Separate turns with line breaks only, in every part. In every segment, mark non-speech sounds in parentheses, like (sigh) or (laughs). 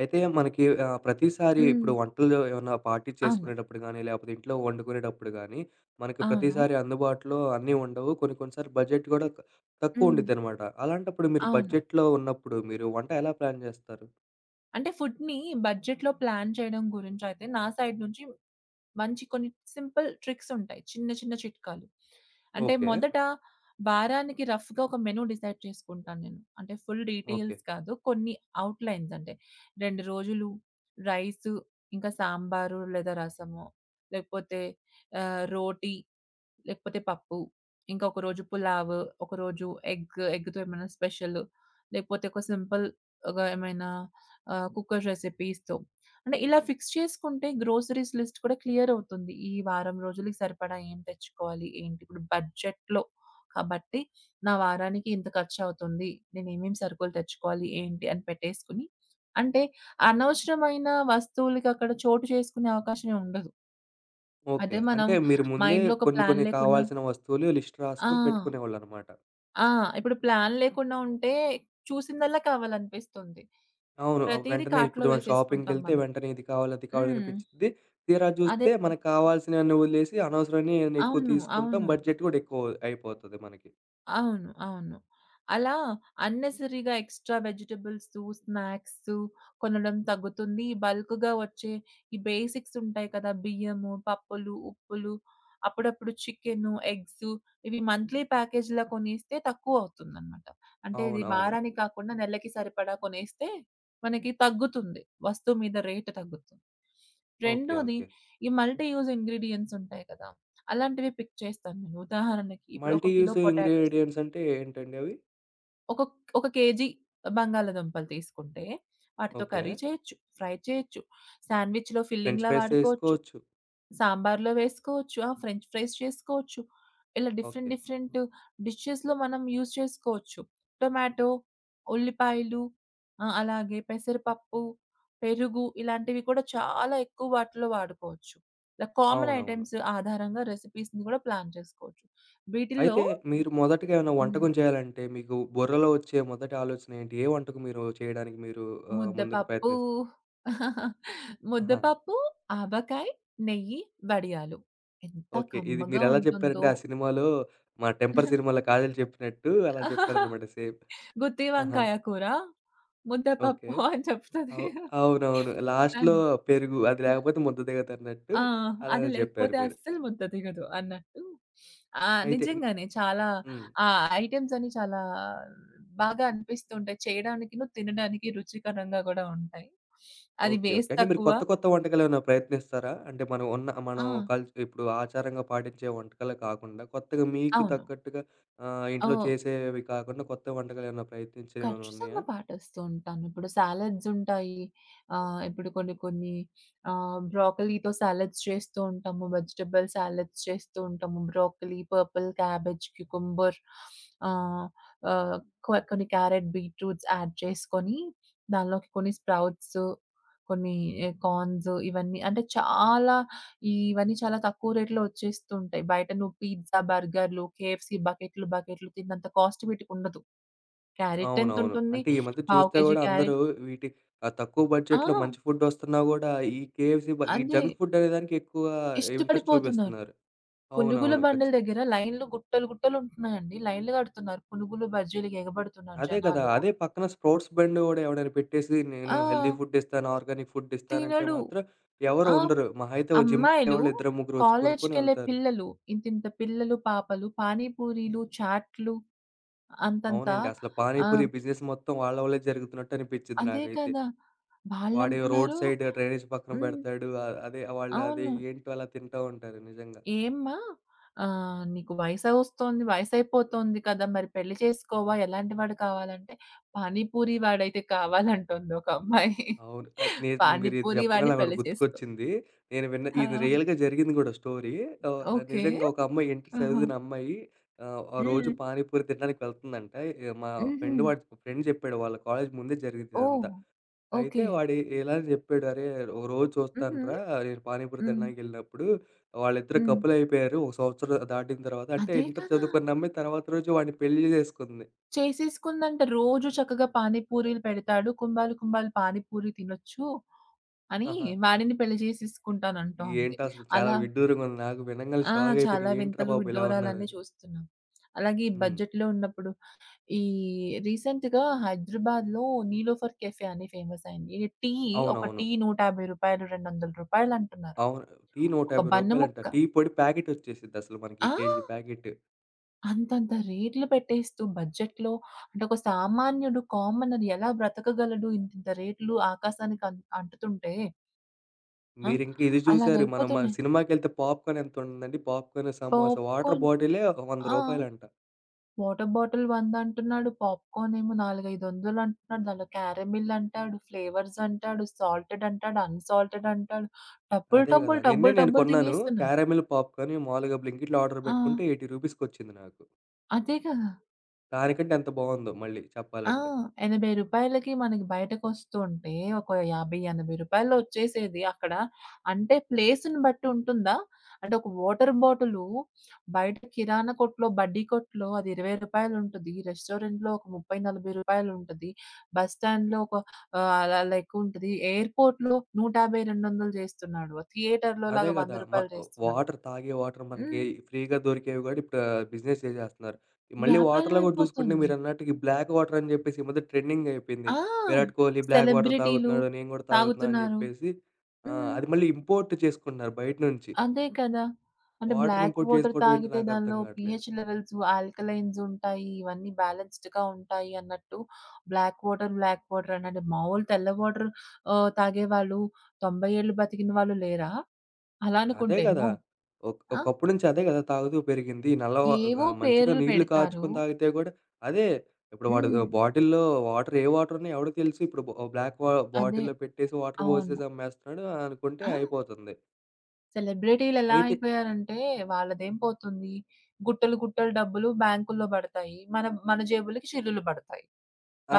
అయితే మనకి ప్రతిసారి
హ్మ్.
ఇప్పుడు వంటలు ఏమన్నా పార్టీ
అవును.
చేసుకునేటప్పుడు గానీ, లేపోతే ఇంట్లో వండుకునేటప్పుడు గానీ, మనకి
అవును.
ప్రతిసారి అందుబాటులో అన్నీ ఉండవు. కొన్ని కొన్ని సార్లు బడ్జెట్ గూడా తక్కువ
హ్మ్.
ఉండిద్దనమాట. అలాంటప్పుడు మీరు
అవును.
బడ్జెట్‌లో ఉన్నప్పుడు మీరు వంట ఎలా ప్లాన్ జేస్తారు?
అంటే ఫుడ్‌ని బడ్జెట్‌లో ప్లాన్ చేయడం గురించయితే నా సైడ్ నుంచి మంచి కొన్ని సింపుల్ ట్రిక్స్ ఉంటాయి. చిన్న చిన్న చిట్కాలు. అంటే
ఓకే.
మొదట వారానికి రఫ్‌గా ఒక మెనూ డిసైడ్ చేసుకుంటాను నేను. అంటే ఫుల్
ఓకే.
డీటెయిల్స్ కాదు. కొన్ని అవుట్‌లైన్స్ అంటే 2 రోజులు రైసు, ఇంకా సాంబారు లేదా రసము, లేకపోతే రోటి లేకపోతే పప్పు, ఇంకా ఒక రోజు పులావ్, ఒకరోజు ఎగ్, ఎగ్‌తో ఏమైనా స్పెషల్, లేకపోతే ఒక సింపుల్‌గా ఏమైనా కుక్కర్ రెసిపీస్‌తో. అంటే ఇలా ఫిక్స్ చేసుకుంటే గ్రోసరీస్ లిస్ట్ కూడా క్లియర్ అవుతుంది. ఈ వారం రోజులకి సరిపడా ఏం తెచ్చుకోవాలి, ఏంటి ఇప్పుడు బడ్జెట్‌లో కాబట్టి నా వారానికి ఇంత ఖర్చవుతుంది. నేను ఏమేమి సరుకులు తెచ్చుకోవాలి, ఏంటి అని పెట్టేసుకొని అంటే అనవసరమైన వస్తువులకి అక్కడ చోటు చేసుకునే అవకాశమే ఉండదు.
ఓకే.
అదే మనం
అంటే మీరు ముందే
మైండ్‌లో ఒక
కొన్ని
ప్లాన్
కొన్ని
లేకుండా
కావాల్సిన వస్తువులు లిస్ట్
ఆ!
రాసుకొని పెట్టుకునేవాళ్ళనమాట.
ఆ! ఇప్పుడు ప్లాన్ లేకుండా ఉంటే చూసిందల్లా కావాలనిపిస్తుంది.
అవును. ఆ
ప్రతీదీ
వెంటనే
కార్ట్‌లో
ఇప్పుడు మనం
వేసేసుకుంటాం
షాపింగ్‌కెళ్తే
మనం.
వెంటనే ఇది కావాలి, అది కావాలి
హ్మ్.
అనిపిచ్చిద్ది. తీరా
అదే
చూస్తే
కదా!
మనకు కావాల్సినయన్ని వదిలేసి అనవసరమైనయన్ని ఎక్కువ
అవును.
తీసుకుంటాం.
అవును.
బడ్జెట్ కూడా ఎక్కువ అయిపోతది మనకి.
అవును. అవును. అలా అన్నెసెసరీగా ఎక్స్‌ట్రా వెజిటబుల్సు, స్నాక్సు కొనడం తగ్గుతుంది. బల్క్‌గా వచ్చే ఈ బేసిక్స్ ఉంటాయి కదా! బియ్యము, పప్పులు, ఉప్పులు, అప్పుడప్పుడు చికెను, ఎగ్సు ఇవి మంత్లీ ప్యాకేజ్‌లా కొనేస్తే తక్కువవుతుందనమాట. అంటే ఇది
అవునవును.
వారానికి కాకుండా నెలకి సరిపడా కొనేస్తే మనకి తగ్గుతుంది. వస్తువు మీద రేట్ తగ్గుతుంది.
ఓకే.
రెండోది
ఓకే.
ఈ మల్టీ యూజ్ ఇంగ్రీడియెంట్స్ ఉంటాయి కదా! అలాంటివి పిక్ చేస్తాను నేను. ఉదాహరణకి ఇప్పుడు
multi
1 kilo
use
potatoes.
Ingredients అంటే ఏంటండి అవి?
ఒక ఒక కేజీ బంగాళాదుంపలు తీసుకుంటే, వాటితో
ఓకే.
కర్రీ చేయొచ్చు, ఫ్రై చేయొచ్చు, శాండ్‌విచ్‌లో
ఫ్రెంచ్
ఫిల్లింగ్‌లా
ఫ్రైస్
వాడుకోవచ్చు,
చేసుకోవచ్చు.
సాంబార్‌లో వేసుకోవచ్చు, ఆ! ఫ్రెంచ్ ఫ్రైస్ చేసుకోవచ్చు. ఇలా డిఫరెంట్
ఓకే.
డిఫరెంట్ డిషెస్‌లో మనం యూజ్ చేసుకోవచ్చు. టొమాటో, ఉల్లిపాయలు అలాగే పెసరపప్పు, పెరుగు ఇలాంటివి కూడా చాలా ఎక్కువ వాటిలో వాడుకోవచ్చు. ఇలా కామన్
అవునవును.
ఐటెమ్స్ ఆధారంగా రెసిపీస్‌ని కూడా ప్లాన్ చేసుకోవచ్చు. వీటిల్లో
అయితే మీరు మొదటగా ఏమైనా
హ్మ్.
వంటకం చేయాలంటే మీకు బుర్రలో వచ్చే మొదటి ఆలోచన ఏంటి? ఏ వంటకం మీరు చేయడానికి మీరు ముందుకు
ముద్దపప్పు,
ప్రయత్నిస్
(laughs)
ఆహా!
ముద్దపప్పు, ఆవకాయ, నెయ్యి, వడియాలు. ఎంత
ఓకే. ఇది
కమ్మగా
మీరెలా చెప్పారంటే
ఉంటుందో.
ఆ సినిమాలో మా 'టెంపర్' సినిమాలో కాజల్ చెప్పినట్టు అలా
(laughs)
చెప్పారనమాట సేమ్.
గుత్తి
ఆహా!
వంకాయ కూర,
ఓకే.
ముద్దపప్పు అని చెప్తది.
అవు అవునవును. లాస్ట్‌లో
తను.
పెరుగు అది లేకపోతే ముద్ద దిగదన్నట్టు
ఆ! అది
అలానే చెప్పారు
లేకపోతే
మీరు.
అస్సలు ముద్ద దిగదు అన్నట్టు.
అయితే
నిజంగానే చాలా
హ్మ్.
ఆ ఐటెమ్స్ అన్ని చాలా బాగా అనిపిస్తుంటాయి. చేయడానికిను, తినడానికి రుచికరంగా గూడా ఉంటాయి. అది
ఓకే. ఓకే.
వేస్ట్
అంటే మీరు
తక్కువ.
కొత్త కొత్త వంటకాలేమైనా ప్రయత్నిస్తారా? అంటే మనం ఉన్న
ఆ!
మనం కల్ ఇప్పుడు ఆచారంగా పాటించే వంటకాలే కాకుండా కొత్తగా మీకు
అవును.
తగ్గట్టుగా ఇంట్లో
ఓహ్!
చేసేవి కాకుండా కొత్త వంటకాలేమైనా ప్రయత్నించేవేమైనా
ఖచ్చితంగా
ఉన్నాయా?
పాటిస్తూ ఉంటాను. ఇప్పుడు సాలడ్స్ ఉంటాయి. ఇప్పుడు కొన్ని కొన్ని బ్రోకలీతో సాలడ్స్ చేస్తూ ఉంటాము. వెజిటబుల్ సాలడ్స్ చేస్తూ ఉంటాము. బ్రోకలీ, పర్పుల్ క్యాబేజ్, క్యుకుంబర్ ఆహ్, ఆహ్, కొ కొన్ని క్యారెట్, బీట్రూట్స్ యాడ్ చేసుకొని దానిలోకి కొన్ని స్ప్రౌట్స్, కొన్ని కార్న్స్ ఇవన్నీ అంటే చాలా ఇవన్నీ చాలా తక్కువ రేట్‌లో వచ్చేస్తూ ఉంటాయి. బయట నువ్వు పిజ్జా, బర్గర్‌లు, కేఎఫ్‌సీ బకెట్లు, బకెట్లు తిన్నంత కాస్ట్ వీటికి ఉండదు. క్యారెట్
అవునవును.
ఎంతుంటుంది?
అంటే ఈ మధ్య
పావు
చూస్తే
కేజీ
గూడా అందరూ
క్యారెట్.
వీటి తక్కువ
ఆ!
బడ్జెట్‌లో మంచి ఫుడ్డొస్తున్నా గూడా ఈ కేఎఫ్‌సీ, ఈ
అదే.
జంక్ ఫుడ్ అనే దానికి ఎక్కువ ఇంట్రెస్ట్
ఇష్టపడిపోతున్నారు.
చూపిస్తున్నారు.
పునుగుల
అవునవును.
బండల దగ్గర లైన్‌లు గుట్టలు గుట్టలు ఉంటున్నాయండి. లైన్‌లు కడుతున్నారు. పునుగులు, బజ్జీలకి ఎగబడుతున్నారు
అదే కదా!
జనాలు.
అదే పక్కన స్ప్రౌట్స్ బండి గూడా ఎవడైనా పెట్టేసి నేను
ఆ!
హెల్తీ ఫుడ్డిస్తాను, ఆర్గానిక్ ఫుడ్డిస్తానంటే
తినడు.
మాత్రం ఎవరు
ఆ!
ఉండరు. మహా అయితే ఓ
అమ్మాయిలు,
జిమ్‌కెళ్ళేవాళ్ళు ఇద్దరో ముగ్గురో వచ్చి కొనుక్కొని
కాలేజ్‌కెళ్ళే
వెళ్తారు.
పిల్లలు, ఇంతింత పిల్లలు, పాపలు, పానీ పూరీలు, చాట్‌లు అంతంత.
అవునండి. అసలు
ఆ!
పానీపూరి బిజినెస్ మొత్తం వాళ్ళ వల్లే జరుగుతున్నట్టు అనిపిచ్చిద్ది
అదే
నాకైతే.
కదా!
వాడేవో రోడ్
వాళ్ళంటున్నారు.
సైడ్ డ్రైనేజ్ పక్కన
హ్మ్.
బెడతాడు. అదే వాళ్ళు అది
అవును.
ఏంటో అలా తింటా ఉంటారు నిజంగా.
ఏమ్మా! నీకు వయసొస్తోంది, వయసైపోతోంది కదా! మరి పెళ్లి చేసుకోవా? ఎలాంటి వాడు కావాలంటే, పానీపూరి వాడైతే కావాలంటుంది ఒక అమ్మాయి.
అవును. నేను మీరిది
పానీపూరి
చెప్పగానే
వాడిని
నాకోటి
పెళ్లి చేసుకో.
గుర్తుకొచ్చింది. నేను విన్న
ఆ!
ఇది రియల్‌గా జరిగింది గూడా స్టోరీ. ఆహ్,
ఓకే.
నిజంగా ఒక అమ్మాయి ఇంటర్
ఆహా!
చదివిన అమ్మాయి ఆ రోజు
హ్మ్.
పానీపూరి తినడానికి వెళ్తుందంట. ఇగ మా
హుహు.
ఫ్రెండ్ చెప్పాడు. వాళ్ళ కాలేజ్ ముందే జరిగింది ఇదంతా.
ఓహ్!
అయితే
ఓకే.
వాడు ఇలా అని చెప్పాడు, "అరే! ఒక రోజు
హుహు.
చూస్తానురా నేను పానీపూరి
హ్మ్.
తినడానికెళ్ళినప్పుడు వాళ్ళిద్దరు
హ్మ్.
కపుల్ అయిపోయారు. ఒక సంవత్సరం దాటిన తర్వాత" అంటే
అదే
ఇంటర్
కదా!
చదువుకున్న అమ్మాయి తర్వాత రోజు వాడిని పెళ్లి జేసేసుకుంది.
చేసేసుకుందంట. రోజు చక్కగా పానీపూరీలు పెడతాడు. కుంభాలు కుంభాలు పానీపూరి తినొచ్చు అని
ఆహా!
వాడిని పెళ్లి చేసేసుకుంటానంటోంది.
ఏంటసలు చాలా
అలా
విడ్డూరంగా ఉంది. నాకు వినంగానే
ఆ! చాలా
షాకయిపోయిన ఏంట్రా
వింతలు,
బాబు ఇలా
విడ్డూరాలన్నీ
ఉన్నారని.
చూస్తున్నాం. అలాగే ఈ
హ్మ్.
బడ్జెట్‌లో ఉన్నప్పుడు ఈ రీసెంట్‌గా హైదరాబాద్‌లో 'నీలోఫర్ కేఫే' అని ఫేమస్ అయింది. ఈ టీ ఒక
అవునవును.
టీ రూ. 150, రూ. 200 అంటున్నారు.
అవును. టీ రూ.
ఒక బన్ను
150
ముక్క.
టీ పొడి ప్యాకెటొచ్చేసిద్దసలు మనకి
ఆ!
KG packet.
అంతంత రేట్లు పెట్టేస్తూ బడ్జెట్‌లో అంటే ఒక సామాన్యుడు, కామనర్ ఎలా బ్రతకగలడు? ఇంతింత రేట్లు ఆకాశానికి అంటుతుంటే. ఆ!
మీరింక ఇది చూసారు మనం
అలాగైపోతున్నాయి.
సినిమాకెళ్తే పాప్‌కార్న్ ఎంతుంటుందండి? Popcorn, samosa water
popcorn.
బాటిలే
ఆ!
రూ. 100.
వాటర్ బాటిల్ 100 అంటున్నాడు. పాప్‌కార్న్ ఏమో 4, 500 అంటున్నాడు. దాంట్లో క్యారమిల్ అంటాడు, ఫ్లేవర్స్ అంటాడు, సాల్టెడ్ అంటాడు, అన్‌సాల్టెడ్ అంటాడు. డబ్బులు,
అదే గదా!
డబ్బులు,
నిన్నే
డబ్బులు,
నేను
డబ్బులు
కొన్నాను.
తినేస్తున్నారు.
క్యారమెల్ పాప్‌కార్న్ మామూలుగా బ్లింకిట్‌లో ఆర్డర్
ఆ!
పెట్టుకుంటే రూ. 80 కొచ్చింది నాకు.
అదే కదా!
దానికంటే ఎంత బావుందో మళ్ళీ
ఆ!
చెప్పాలంటే.
రూ. 80కి మనకి బయటకొస్తుంటే ఒక రూ. 50, 80 వచ్చేసేది అక్కడ. అంటే ప్లేస్‌ని బట్టి ఉంటుందా? అంటే ఒక వాటర్ బాటిలు బయట కిరాణా కొట్టులో, బడ్డీ కొట్టులో అది రూ. 20 ఉంటది. రెస్టారెంట్‌లో ఒక రూ. 30, 40 ఉంటది. బస్ స్టాండ్‌లో ఒక అలా లెక్క ఉంటది. ఎయిర్‌పోర్ట్‌లో 150, 200 చేస్తున్నాడు. థియేటర్‌లో
అదే
లాగా రూ.
గదా!
100 చేస్తున్నాడు.
వాటర్ తాగే వాటర్ మనకి
హ్మ్.
ఫ్రీగా దొరికేవి గూడా ఇప్పుడు బిజినెస్ చేసేస్తున్నారు. మళ్ళీ
వ్యాపారం
వాటర్‌లో గూడా చూసుకుంటే
అయిపోతుంది.
మీరన్నట్టు ఈ బ్లాక్ వాటర్ అని జెప్పేసి ఈ మధ్య ట్రెండింగ్ అయిపోయింది.
ఆ!
విరాట్ కోహ్లీ బ్లాక్ వాటర్
సెలబ్రిటీలు
తాగుతున్నాడు. నేను గూడా తాగుతున్నా అని
తాగుతున్నారు.
జెప్పేసి ఆ!
హ్మ్.
అది మళ్ళీ ఇంపోర్ట్ చేసుకుంటున్నారు బయట నుంచి.
అదే కదా! అంటే
వాటర్‌ని
బ్లాక్
ఇంపోర్ట్
వాటర్
చేసుకోవడం ఏంటో
తాగితే
నాకు అర్థం
దానిలో
గాట్లేదు.
పీహెచ్ లెవెల్స్, ఆల్కలైన్స్ ఉంటాయి. ఇవన్నీ బ్యాలెన్స్‌డ్‌గా ఉంటాయి అన్నట్టు బ్లాక్ వాటర్, బ్లాక్ వాటర్ అని అంటే మామూలు తెల్ల వాటర్ తాగేవాళ్ళు 90 ఏళ్ళు బతికిన వాళ్ళు లేరా? అలా
అదే
అనుకుంటేను.
గదా!
ఆ!
ఒకప్పుడు నుంచి అదే గదా! తాగుతూ పెరిగింది. నల్ల వా
ఏవో
మంచిగా
పేర్లు
నీళ్లు
పెడతారు.
కాచుకొని తాగితే గూడా అదే ఇప్పుడు వాడు
హ్మ్.
బాటిల్‌లో వాటర్ ఉన్నయి ఎవడికి తెలుసు. ఇప్పుడు బ బ్లాక్ వా
అదే.
బాటిల్‌లో పెట్టేసి వాటర్
అవును.
పోసేసి అమ్మేస్తున్నాడు అనుకుంటే
ఆ!
అయిపోతుంది.
సెలబ్రిటీలు ఎలా
అయితే
అయిపోయారంటే వాళ్ళదేం పోతుంది? గుట్టలు గుట్టలు డబ్బులు బ్యాంకుల్లో పడతాయి. మన మన జేబులకి చిల్లులు పడతాయి.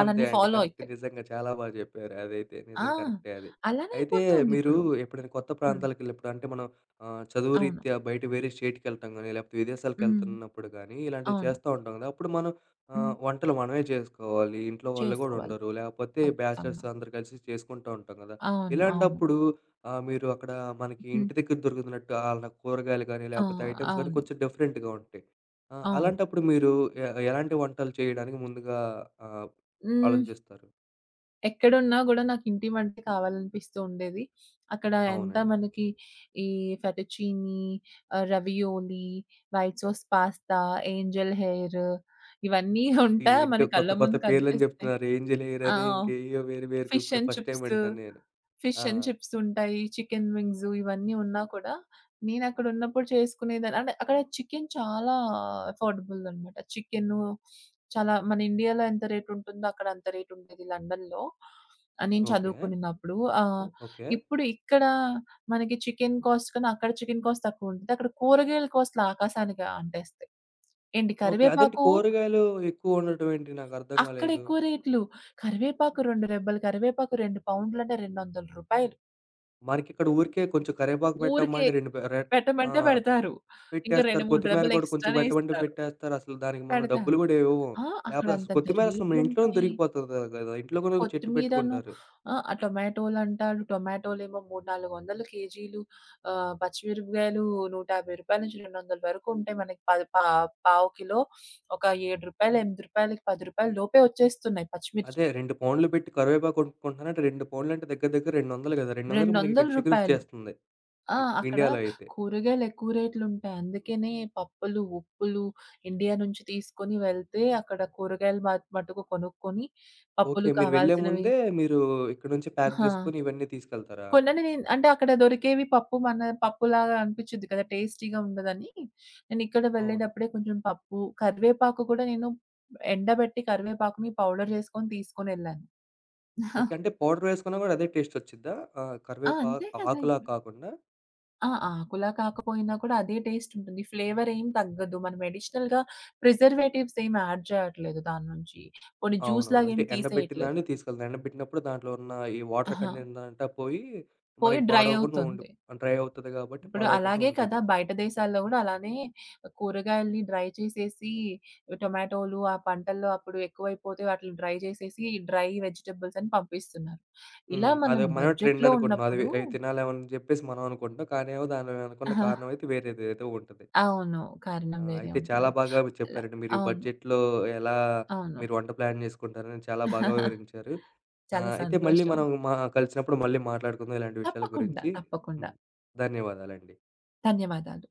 అంతే అండి.
Follow
correct.
అయితే.
నిజంగా చాలా జెప్పారు. అదైతే
ఆ!
నిజం కరెక్టే అది.
అలానే
అయితే మీరు
అయిపోతోందిప్పుడు.
ఎప్పుడైనా కొత్త
హ్మ్.
ప్రాంతాలకెళ్ళినప్పుడు అంటే మనం చదువు
అవును.
రీత్యా బయట వేరే స్టేట్‌కెళ్తాం గానీ, లేకపోతే
హ్మ్.
విదేశాలకెళ్తున్నప్పుడు గానీ, ఇలాంటివి
అవును.
చేస్తా ఉంటాం గదా! అప్పుడు మనం
హ్మ్.
వంటలు మనమే చేసుకోవాలి. ఇంట్లో వాళ్ళు గూడా
చేసుకోవాలి
ఉండరు. లేకపోతే బ్యాచిలర్స్
ఖచ్చితంగా.
అందరూ కలిసి చేసుకుంటూ ఉంటాం గదా!
అవును. అవును.
ఇలాంటప్పుడు మీరు అక్కడ మనకి
హ్మ్.
ఇంటి దగ్గర దొరుకుతున్నట్టు ఆళ్ళ కూరగాయలు గానీ,
ఆ!
లేకపోతే ఐటెమ్స్ గానీ
అవును.
కొంచెం డిఫరెంట్‌గా ఉంటాయి.
అవును.
అలాంటప్పుడు మీరు ఎలాంటి వంటలు చేయడానికి ముందుగా ఆహ్
హ్మ్.
ఆలోచిస్తారు.
ఎక్కడున్నా గూడా నాకింటి వంటే కావాలనిపిస్తూ ఉండేది. అక్కడ ఎంత
అవునండి.
మనకి ఈ fettuccine, ravioli, white sauce pasta, angel hair ఇవన్నీ (laughs) ఉంటా
ఏంటో
మన
కొత్త
కళ్ళ
కొత్త
ముందు
పేర్లని
కనిపిస్తాయి.
జెప్తున్నారు.
ఆ!
ఏంజినీయరని ఇంకేయో వేరు వేరుగా
ఫిష్
ఇప్పుడే
అండ్
ఫస్ట్ టైమ్
చిప్స్.
వింటున్నాను నేను.
ఫిష్
ఆ!
అండ్ చిప్స్ ఉంటాయి. చికెన్ వింగ్స్ ఇవన్నీ ఉన్నా కూడా నేనక్కడున్నప్పుడు చేసుకునేదాన్ని. అంటే అక్కడ చికెన్ చాలా అఫోర్డబుల్ అనమాట. చికెను చాలా మన ఇండియాలో ఎంత రేట్ ఉంటుందో అక్కడ అంత రేట్ ఉండేది లండన్‌లో. నేను
ఓకే.
చదువుకునినప్పుడు.
ఓకే.
ఇప్పుడు ఇక్కడ మనకి చికెన్ కాస్ట్ కన్నా అక్కడ చికెన్ కాస్ట్ తక్కువుంటది. అక్కడ కూరగాయల కాస్ట్‌లు ఆకాశానికి అంటేస్తాయి. ఏంటి
ఓకే. అదేంటి
కరివేపాకు
కూరగాయలు ఎక్కువ ఉండటం ఏంటి? నాకర్థం
అక్కడ
గాలేదు.
ఎక్కువ రేట్లు. కరివేపాకు 2 రెబ్బలు కరివేపాకు 2 పౌండ్లంటే రూ. 200.
మనకిక్కడ ఊరికే కొంచెం కరివేపాకు పెట్టమ్మా
ఊరికే.
అంటే 2 పె రె ఆ!
పెట్టమంటే పెడతారు. ఇంకా
పెట్టేస్తారు.
2, 3
కొత్తిమీర
డబ్బులు
గూడా కొంచెం
ఎక్స్‌ట్రానే
పెట్టమంటే
ఇస్తారు.
పెట్టేస్తారు. అసలు దానికి మనం
పెడతారు.
డబ్బులు గూడా ఇవ్వము.
ఆ! అక్కడ
లేపోతే అసలు
అంతంత
కొత్తిమీర అసలు మన ఇంట్లోనే
రేట్లుంటాయి.
దొరికిపోతది గదా! ఇంట్లో గూడా ఒక చెట్టు
కొత్తిమీరను
పెట్టుకుంటారు.
ఆ టొమాటోలంటాడు. టొమాటోలేమో 300, 400 కేజీలు. పచ్చిమిరపకాయలు రూ. 150 నుంచి 200 వరకు ఉంటాయి. మనకి పది పా పావు కిలో ఒక రూ. 7, రూ. 8 రూపాయలకి రూ. 10 లోపే వచ్చేస్తున్నాయి పచ్చిమిర్చి.
అదే 2 పౌండ్‌లు పెట్టి కరివేపాకు కొనుక్కుంటున్నానంటే 2 పౌండ్‌లంటే దగ్గర దగ్గర 200 కదా!
రూ.
200కి మనకిక్కడ
200.
చికెనొచ్చేస్తుంది.
ఆ!
ఇ
అక్కడ
ఇండియాలో అయితే.
కూరగాయలు ఎక్కువ రేట్లుంటాయి. అందుకనే పప్పులు, ఉప్పులు ఇండియా నుంచి తీసుకొని వెళ్తే అక్కడ కూరగాయలు మటుకు కొనుక్కొని
ఓకే.
పప్పులు
మీరు వెళ్ళే
కావాల్సినవి
ముందే మీరు ఇక్కడి నుంచి ప్యాక్
ఆ!
జేసుకొని ఇవన్నీ తీసుకెళ్తారా?
కొనని నేను అంటే అక్కడ దొరికేవి పప్పు మన పప్పులాగా అనిపించిద్ది కదా! టేస్టీగా ఉండదని. నేను ఇక్కడ
అవును.
వెళ్ళేటప్పుడే కొంచెం పప్పు, కరివేపాకు కూడా నేను ఎండబెట్టి కరివేపాకుని పౌడర్ చేసుకొని తీసుకొనెళ్ళాను.
ఓకే. అంటే పౌడర్ వేసుకున్నా గూడా అదే టేస్టొచ్చిద్దా? ఆహ్,
ఆ!
కరివేపా
అంతే కదా!
ఆకులా
ఇప్పుడు.
కాకుండా?
ఆ! ఆకులా కాకపోయినా కూడా అదే టేస్ట్ ఉంటుంది. ఫ్లేవర్ ఏం తగ్గదు. మనం అడిషనల్‌గా ప్రిజర్వేటివ్స్ ఏం యాడ్ చేయట్లేదు దాని నుంచి. పోనీ
అవునవును.
జ్యూస్‌లాగా
అంటే
ఏం
ఎండబెట్టిన
తీసేయట్లేదు.
దాన్ని తీసుకెళ్తాం. ఎండబెట్టినప్పుడు దాంట్లో ఉన్న ఈ వాటర్
అహా!
కంటెంట్ అంతా పోయి
పోయి
మనకి
డ్రై
పాడవకుండా ఉండు
అవుతుంది.
డ్రై అవుతది గాబట్టి
ఇప్పుడు
పాడవకుండా
అలాగే
ఉంటది.
కదా! బయట దేశాల్లో కూడా అలానే కూరగాయల్ని డ్రై చేసేసి టొమాటోలు ఆ పంటల్లో అప్పుడు ఎక్కువైపోతే వాటిని డ్రై చేసేసి డ్రై వెజిటబుల్స్ అని పంపిస్తున్నారు.
హ్మ్.
ఇలా
అదే
మనం
మనమే ట్రెండ్
బడ్జెట్‌లో
అనుకుంటున్నాం. అది
ఉన్నప్పుడు
అవి తినాలేమని జెప్పేసి మనం అనుకుంటున్నాం. కానీ ఏమో దాని వెనుకున్న కారణం అయితే వేరేదేదో ఉంటది.
అవును.
ఆ!
కారణం వేరే
అయితే చాలా
ఉంటుంది.
బాగా మీరు
అలా
చెప్పారండి. మీరు ఈ
అవును.
బడ్జెట్‌లో ఎలా
అవును.
మీరు వంట ప్లాన్ జేసుకుంటారని చాలా బాగా
(laughs)
వివరించారు.
చాలా
అయితే మళ్ళీ
సంతోషం.
మనం కలిసినప్పుడు మళ్ళీ మాట్లాడుకుందాం ఇలాంటి విషయాల
తప్పకుండా.
గురించి.
తప్పకుండా.
హ్మ్. ధన్యవాదాలండి.
ధన్యవాదాలు.